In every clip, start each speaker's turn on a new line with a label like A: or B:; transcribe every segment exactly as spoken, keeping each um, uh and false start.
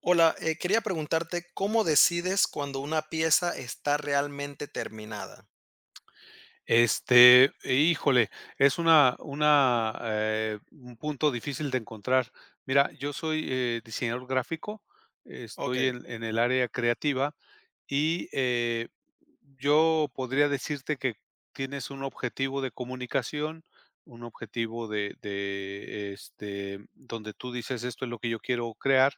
A: Hola, eh, quería preguntarte cómo decides cuando una pieza está realmente terminada.
B: Este, híjole, es una una, eh, un punto difícil de encontrar. Mira, yo soy, eh, diseñador gráfico,
A: Ok,
B: estoy en en el área creativa y, eh, yo podría decirte que tienes un objetivo de comunicación, un objetivo de de, este, donde tú dices: "Esto es lo que yo quiero crear",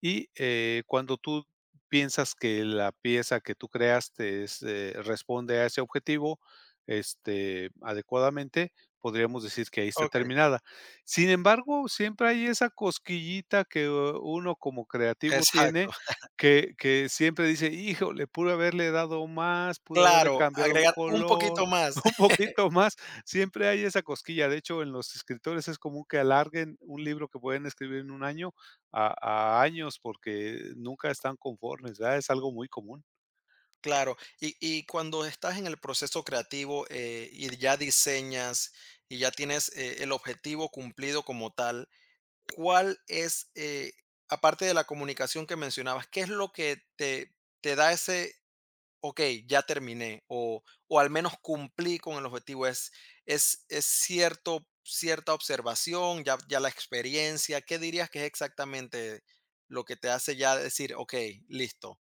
B: y eh, cuando tú piensas que la pieza que tú creaste es, eh, responde a ese objetivo este, adecuadamente, podríamos decir que ahí está
A: ok,
B: terminada. Sin embargo, siempre hay esa cosquillita que eh, uno como creativo tiene.
A: exacto.
B: Que, que siempre dice, híjole, pude haberle dado más, pude haberle
A: Claro,
B: cambiado un
A: agregar un
B: color,
A: poquito más.
B: un poquito más. Siempre hay esa cosquilla. De hecho, en los escritores es común que alarguen un libro que pueden escribir en un año a a años porque nunca están conformes, ¿verdad? Es algo muy común.
A: Claro, y, y cuando estás en el proceso creativo eh, y ya diseñas y ya tienes eh, el objetivo cumplido como tal, ¿cuál es, eh, aparte de la comunicación que mencionabas, qué es lo que te, te da ese, ok, ya terminé o, o al menos cumplí con el objetivo? Es, es, es cierto, cierta observación, ya, ya la experiencia. ¿Qué dirías que es exactamente lo que te hace ya decir, ok, listo?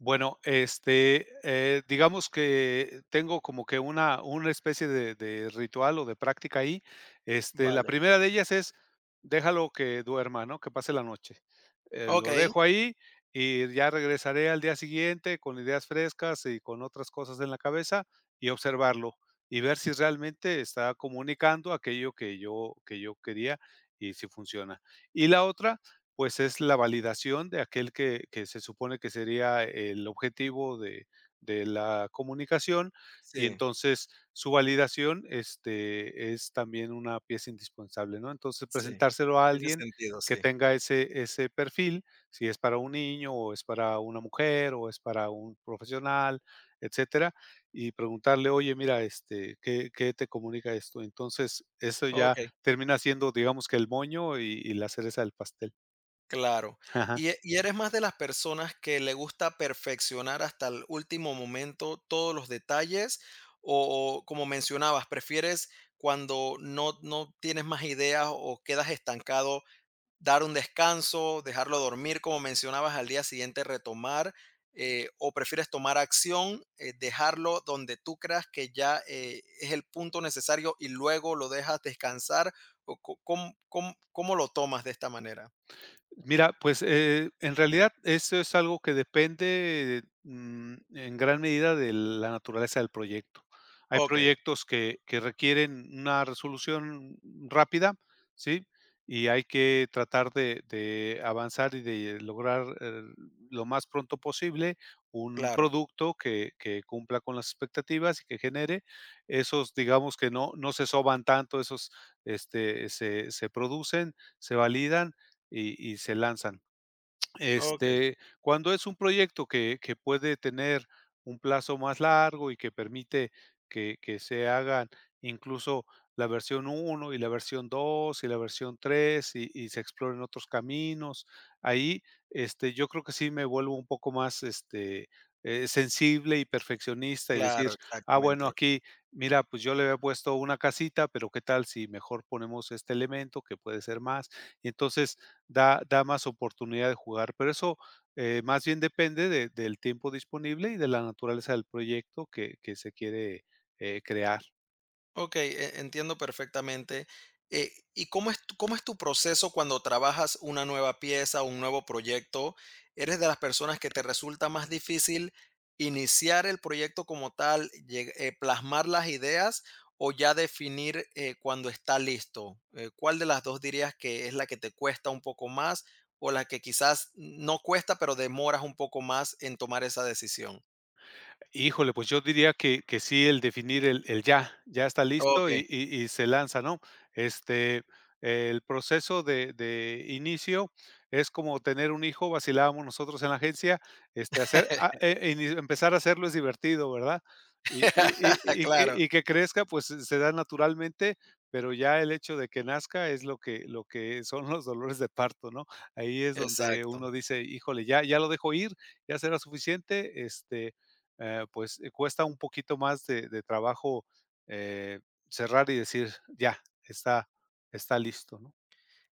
B: Bueno, este, eh, digamos que tengo como que una una especie de de ritual o de práctica ahí. Este, la
A: Vale.
B: primera de ellas es, déjalo que duerma, ¿no? Que pase la noche. Eh,
A: Ok,
B: lo dejo ahí y ya regresaré al día siguiente con ideas frescas y con otras cosas en la cabeza y observarlo, y ver si realmente está comunicando aquello que yo que yo quería y si funciona. Y la otra, pues es la validación de aquel que, que se supone que sería el objetivo de, de la comunicación y
A: sí,
B: entonces su validación este, es también una pieza indispensable, ¿no? Entonces
A: sí.
B: presentárselo a
A: Tiene
B: alguien
A: sentido,
B: que
A: sí.
B: tenga ese, ese perfil, si es para un niño o es para una mujer o es para un profesional, etcétera, y preguntarle, oye, mira, este, ¿qué, qué te comunica esto? Entonces, eso ya
A: Ok.
B: termina siendo, digamos que el moño y y la cereza del pastel.
A: Claro.
B: Ajá.
A: ¿Y, e- y eres más de las personas que le gusta perfeccionar hasta el último momento todos los detalles? O, o, como mencionabas, prefieres cuando no, no tienes más ideas o quedas estancado, dar un descanso, dejarlo dormir, como mencionabas, ¿al día siguiente retomar? Eh, ¿o prefieres tomar acción, eh, dejarlo donde tú creas que ya eh, es el punto necesario y luego lo dejas descansar? ¿O co- cómo, cómo cómo lo tomas de esta manera?
B: Mira, pues, eh, en realidad esto es algo que depende, mm, en gran medida de la naturaleza del proyecto. Hay
A: Ok.
B: proyectos que que requieren una resolución rápida, ¿sí? Y hay que tratar de de avanzar y de lograr, eh, lo más pronto posible un
A: Claro,
B: producto que que cumpla con las expectativas y que genere. Esos, digamos que no no se soban tanto, esos, este, se se producen, se validan y y se lanzan.
A: okey,
B: Este, cuando es un proyecto que que puede tener un plazo más largo y que permite que que se hagan incluso la versión uno y la versión dos y la versión tres y y se exploren otros caminos, ahí, este, yo creo que sí me vuelvo un poco más, este, eh, sensible y perfeccionista y decir:
A: claro,
B: "Ah, bueno,
A: exactamente.
B: aquí, mira, pues yo le había puesto una casita, pero qué tal si mejor ponemos este elemento que puede ser más". Y entonces, da, da más oportunidad de jugar, pero eso eh, más bien depende de- del tiempo disponible y de la naturaleza del proyecto que, que se quiere eh, crear.
A: Okey, e entiendo perfectamente. Eh, ¿y cómo es tu cómo es tu proceso cuando trabajas una nueva pieza, un nuevo proyecto? ¿Eres de las personas que te resulta más difícil iniciar el proyecto como tal, lleg eh, plasmar las ideas o ya definir, eh, cuando está listo? Eh, ¿cuál de las dos dirías que es la que te cuesta un poco más o la que quizás no cuesta, pero demoras un poco más en tomar esa decisión?
B: Híjole, pues yo diría que que sí, el definir el el ya, ya está listo
A: Okey.
B: y y y se lanza, ¿no? Este, el proceso de de inicio es como tener un hijo, vacilábamos nosotros en la agencia, este, hacer ah, e e ini empezar a hacerlo es divertido, ¿verdad? Y y y y que
A: Claro,
B: y que crezca, pues, se se da naturalmente, pero ya el hecho de que nazca es lo que lo que son los dolores de parto, ¿no? Ahí es donde
A: exacto.
B: uno dice: "Híjole, ya ya lo dejo ir, ya será suficiente", este eh, pues, eh, cuesta un poquito más de de trabajo, eh, cerrar y decir: "Ya, está está listo", ¿no?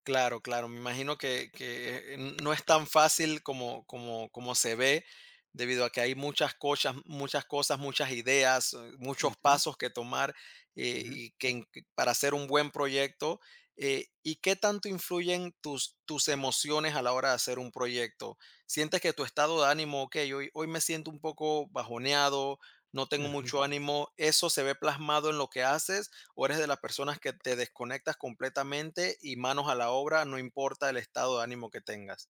A: Claro, claro. Me imagino que que, eh, no es tan fácil como como como se ve, debido a que hay muchas cosas, muchas cosas, muchas ideas, eh, muchos
B: Ujú,
A: pasos que tomar, eh,
B: ujú.
A: y que en que para hacer un buen proyecto. eh, ¿y qué tanto influyen tus tus emociones a la hora de hacer un proyecto? ¿Sientes que tu estado de ánimo, okey, hoy hoy me siento un poco bajoneado, no tengo mucho ánimo, eso se ve plasmado en lo que haces, o eres de las personas que te desconectas completamente y manos a la obra, no importa el estado de ánimo que tengas?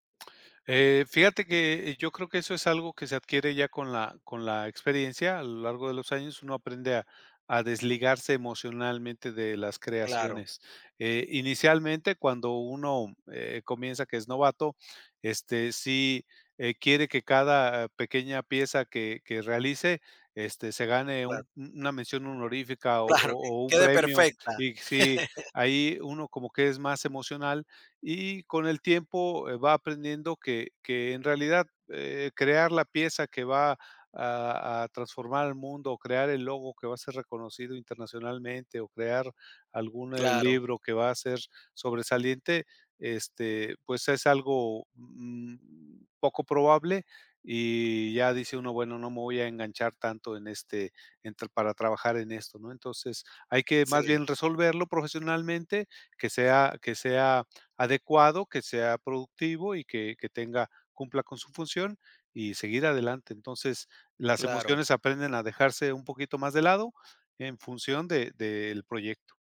B: Eh, fíjate que eh, yo creo que eso es algo que se adquiere ya con la con la experiencia, a lo largo de los años uno aprende a a desligarse emocionalmente de las
A: Claro,
B: creaciones. Eh, inicialmente, cuando uno, eh, comienza que es novato, este, sí, eh, quiere que cada eh, pequeña pieza que que realice, este, se gane un
A: claro,
B: una mención honorífica o
A: claro, que
B: o o un
A: quede
B: premio,
A: perfecta.
B: y sí, ahí uno como que es más emocional, y con el tiempo, eh, va aprendiendo que que en realidad, eh, crear la pieza que va a a transformar el mundo, o crear el logo que va a ser reconocido internacionalmente, o crear algún, eh,
A: Claro,
B: libro que va a ser sobresaliente, este, pues, es algo, mm, poco probable, y ya dice uno: "Bueno, no me voy a enganchar tanto en este entre para trabajar en esto", ¿no? Entonces, hay que más
A: sí,
B: bien resolverlo profesionalmente, que sea que sea, adecuado, que sea productivo y que que tenga cumpla con su función y seguir adelante. Entonces, las
A: claro.
B: emociones aprenden a dejarse un poquito más de lado en función de del proyecto,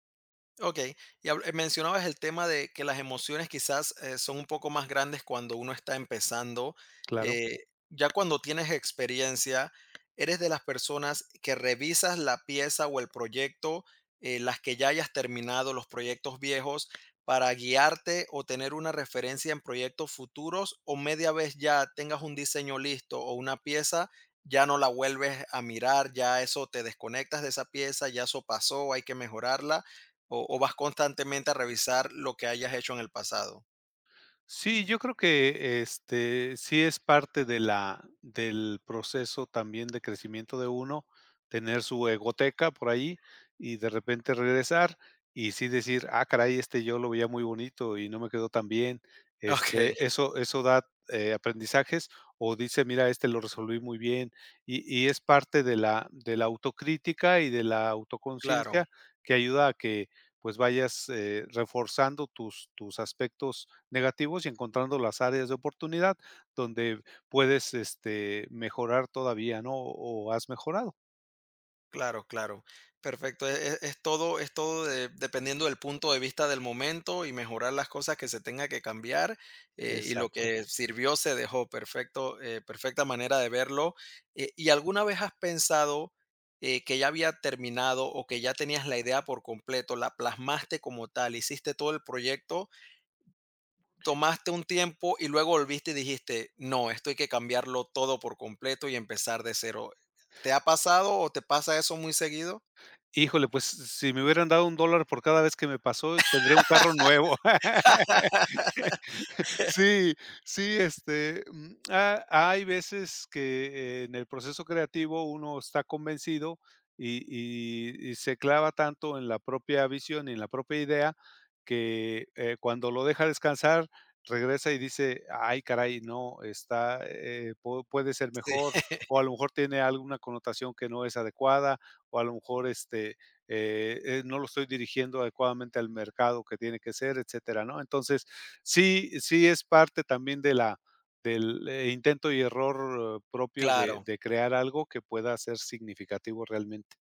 A: Ok, y habl- eh, mencionabas el tema de que las emociones quizás eh, son un poco más grandes cuando uno está empezando.
B: claro.
A: Eh, ya cuando tienes experiencia, ¿eres de las personas que revisas la pieza o el proyecto, eh, las que ya hayas terminado, los proyectos viejos, para guiarte o tener una referencia en proyectos futuros, o media vez ya tengas un diseño listo o una pieza? Ya no la vuelves a mirar, ya eso te desconectas de esa pieza, ya eso pasó, hay que mejorarla. ¿O o vas constantemente a revisar lo que hayas hecho en el pasado?
B: Sí, yo creo que, este, sí es parte de la del proceso también de crecimiento de uno, tener su egoteca por ahí, y de repente regresar, y sí decir: "Ah, caray, este yo lo veía muy bonito y no me quedó tan bien".
A: Okey,
B: Este, eso eso da, eh, aprendizajes, o dice: "Mira, este lo resolví muy bien". Y y es parte de la de la autocrítica y de la
A: claro,
B: autoconciencia que ayuda a que, pues, vayas, eh, reforzando tus tus aspectos negativos y encontrando las áreas de oportunidad donde puedes, este, mejorar todavía, ¿no? O has mejorado.
A: claro, claro. Perfecto. E e es todo, es todo de dependiendo del punto de vista del momento y mejorar las cosas que se tenga que cambiar, eh, y lo
B: Exacto.
A: que sirvió se dejó. Perfecto, eh, perfecta manera de verlo. Eh, ¿y alguna vez has pensado, eh, que ya había terminado o que ya tenías la idea por completo, la plasmaste como tal, hiciste todo el proyecto, tomaste un tiempo y luego volviste y dijiste, no, esto hay que cambiarlo todo por completo y empezar de cero? ¿Te ha pasado o te pasa eso muy seguido?
B: Híjole, pues si me hubieran dado un dólar por cada vez que me pasó, tendría un carro nuevo. Sí, sí, este, mm, ha hay veces que eh, en el proceso creativo uno está convencido y y y se clava tanto en la propia visión y en la propia idea que, eh, cuando lo deja descansar, regresa y dice: "Ay, caray, no, está, eh, pu puede ser
A: Sí,
B: mejor", o a lo mejor tiene alguna connotación que no es adecuada, o a lo mejor, este, eh eh, no lo estoy dirigiendo adecuadamente al mercado que tiene que ser, etcétera, ¿no? Entonces, sí, sí es parte también de la del, eh, intento y error eh, propio de
A: claro.
B: de crear algo que pueda ser significativo realmente.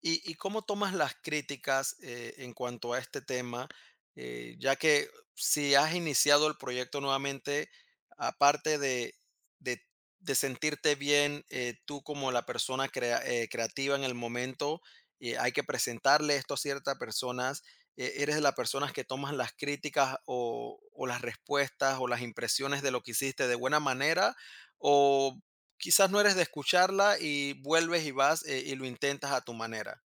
A: ¿Y, y cómo tomas las críticas eh, en cuanto a este tema? Eh, ya que si has iniciado el proyecto nuevamente, aparte de, de- de sentirte bien, eh, tú como la persona crea- eh, creativa en el momento, eh, hay que presentarle esto a ciertas personas. eh, ¿Eres de las personas que tomas las críticas o, o las respuestas o las impresiones de lo que hiciste de buena manera? ¿O quizás no eres de escucharla y vuelves y vas eh, y lo intentas a tu manera?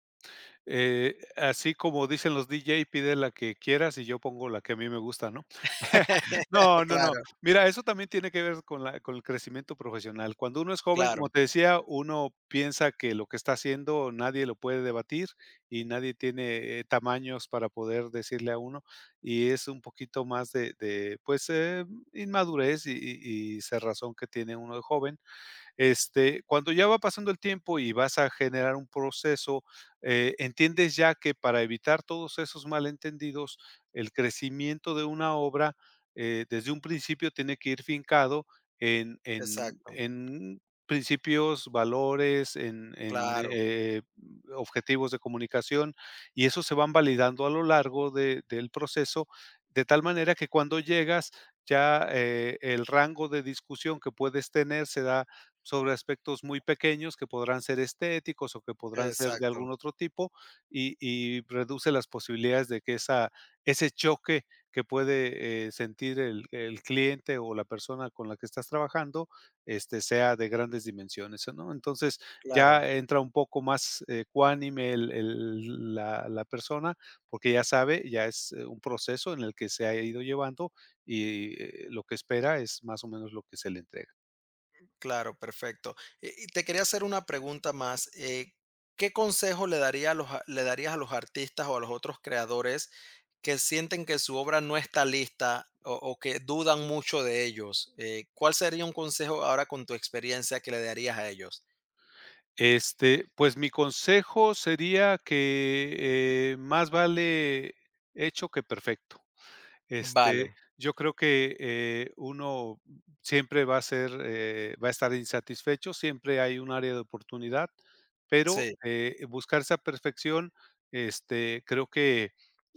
B: Eh, así como dicen los D J, pide la que quieras y yo pongo la que a mí me gusta, ¿no? No, no, no.
A: Claro,
B: Mira, eso también tiene que ver con la con el crecimiento profesional. Cuando uno es joven, como
A: claro,
B: te decía, uno piensa que lo que está haciendo nadie lo puede debatir y nadie tiene, eh, tamaños para poder decirle a uno, y es un poquito más de de, pues, eh, inmadurez y y y cerrazón que tiene uno de joven, este, cuando ya va pasando el tiempo y vas a generar un proceso, eh, entiendes ya que para evitar todos esos malentendidos, el crecimiento de una obra eh, desde un principio tiene que ir fincado en, en-
A: exacto,
B: en principios, valores, en, en,
A: claro,
B: eh, objetivos de comunicación y eso se van validando a lo largo de- del proceso, de tal manera que cuando llegas ya eh, el rango de discusión que puedes tener se da sobre aspectos muy pequeños que podrán ser estéticos o que podrán ser de
A: exacto,
B: algún otro tipo y y reduce las posibilidades de que esa ese choque que puede, eh, sentir el el cliente o la persona con la que estás trabajando, este, sea de grandes dimensiones, ¿no? Entonces,
A: claro,
B: ya entra un poco más eh, cuánime el el la la persona, porque ya sabe, ya es eh, un proceso en el que se ha ido llevando y, eh, lo que espera es más o menos lo que se le entrega.
A: claro, perfecto. Y y te quería hacer una pregunta más. eh, ¿qué consejo le daría a los a le darías a los artistas o a los otros creadores que sienten que su obra no está lista, o o que dudan mucho de ellos? Eh, ¿cuál sería un consejo ahora con tu experiencia que le darías a ellos?
B: Este, pues mi consejo sería que, eh, más vale hecho que perfecto.
A: Vale,
B: Este, yo creo que, eh, uno siempre va a ser, eh, va a estar insatisfecho, siempre hay un área de oportunidad, pero,
A: sí,
B: eh, buscar esa perfección, este, creo que,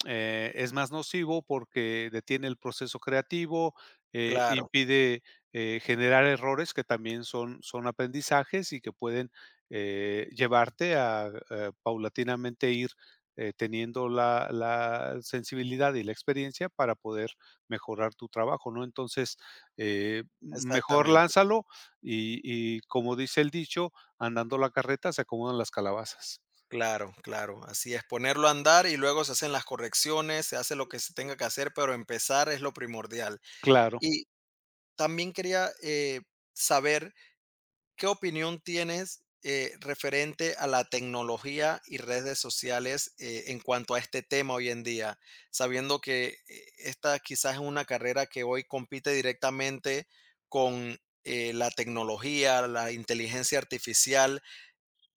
B: eh, es más nocivo porque detiene el proceso creativo, eh,
A: claro,
B: impide, eh, generar errores que también son son aprendizajes y que pueden, eh, llevarte a, eh, paulatinamente ir eh, teniendo la, la sensibilidad y la experiencia para poder mejorar tu trabajo, ¿no? Entonces, eh, mejor
A: exactamente.
B: lánzalo y, y como dice el dicho, andando la carreta se acomodan las calabazas.
A: Claro, claro, así es, ponerlo a andar y luego se hacen las correcciones, se hace lo que se tenga que hacer, pero empezar es lo primordial.
B: Claro.
A: Y también quería eh, saber qué opinión tienes eh, referente a la tecnología y redes sociales, eh, en cuanto a este tema hoy en día, sabiendo que eh, esta quizás es una carrera que hoy compite directamente con eh, la tecnología, la inteligencia artificial.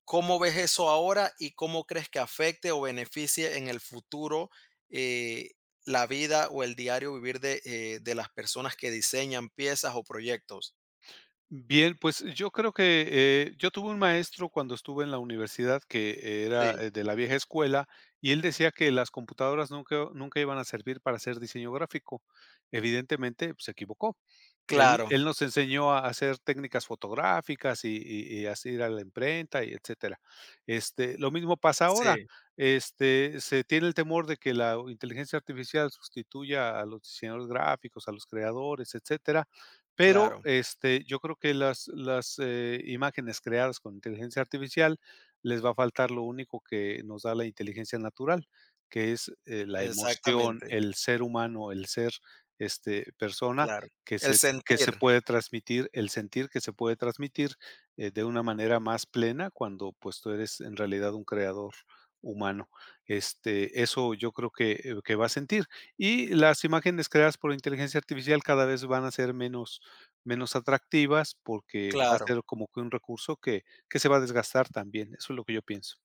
A: ¿Cómo ves eso ahora y cómo crees que afecte o beneficie en el futuro eh, la vida o el diario vivir de, eh, de las personas que diseñan piezas o proyectos?
B: Bien, pues yo creo que eh, yo tuve un maestro cuando estuve en la universidad que era
A: Sí,
B: eh, de la vieja escuela y él decía que las computadoras nunca, nunca iban a servir para hacer diseño gráfico. Evidentemente, pues, se equivocó. Él,
A: claro,
B: él nos enseñó a hacer técnicas fotográficas y, y- y así ir a la imprenta y etcétera. Este, lo mismo pasa ahora.
A: sí,
B: Este, se tiene el temor de que la inteligencia artificial sustituya a los diseñadores gráficos, a los creadores, etcétera, pero,
A: claro,
B: este, yo creo que las las, eh, imágenes creadas con inteligencia artificial les va a faltar lo único que nos da la inteligencia natural, que es, eh, la emoción,
A: exactamente,
B: el ser humano, el ser, este, persona
A: claro.
B: que
A: El
B: se que se
A: sentir,
B: puede transmitir, el sentir que se puede transmitir, eh, de una manera más plena cuando, pues, tú eres en realidad un creador humano. Este, eso yo creo que, eh, que va a sentir. Y las imágenes creadas por inteligencia artificial cada vez van a ser menos menos atractivas, porque va a
A: claro.
B: ser como que un recurso que que se va a desgastar también, eso es lo que yo pienso.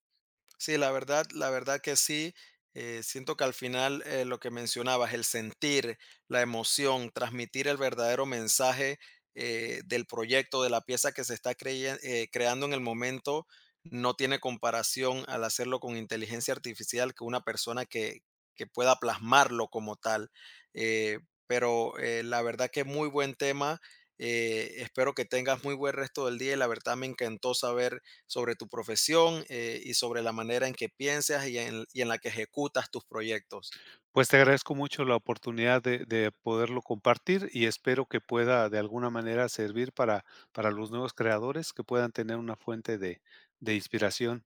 A: Sí, la verdad la verdad que sí, eh, siento que al final, eh, lo que mencionabas, el sentir, la emoción, transmitir el verdadero mensaje, eh, del proyecto, de la pieza que se está creye eh, creando en el momento, no tiene comparación al hacerlo con inteligencia artificial, que una persona que que pueda plasmarlo como tal. Eh, pero, eh, la verdad que muy buen tema. eh, espero que tengas muy buen resto del día y la verdad me encantó saber sobre tu profesión, eh, y sobre la manera en que piensas y en, y en la que ejecutas tus proyectos.
B: Pues, te agradezco mucho la oportunidad de de poderlo compartir y espero que pueda de alguna manera servir para para los nuevos creadores que puedan tener una fuente de de inspiración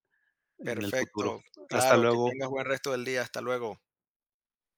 B: en el futuro.
A: Perfecto,
B: Hasta
A: claro, que
B: luego.
A: tengas buen resto del día, hasta luego.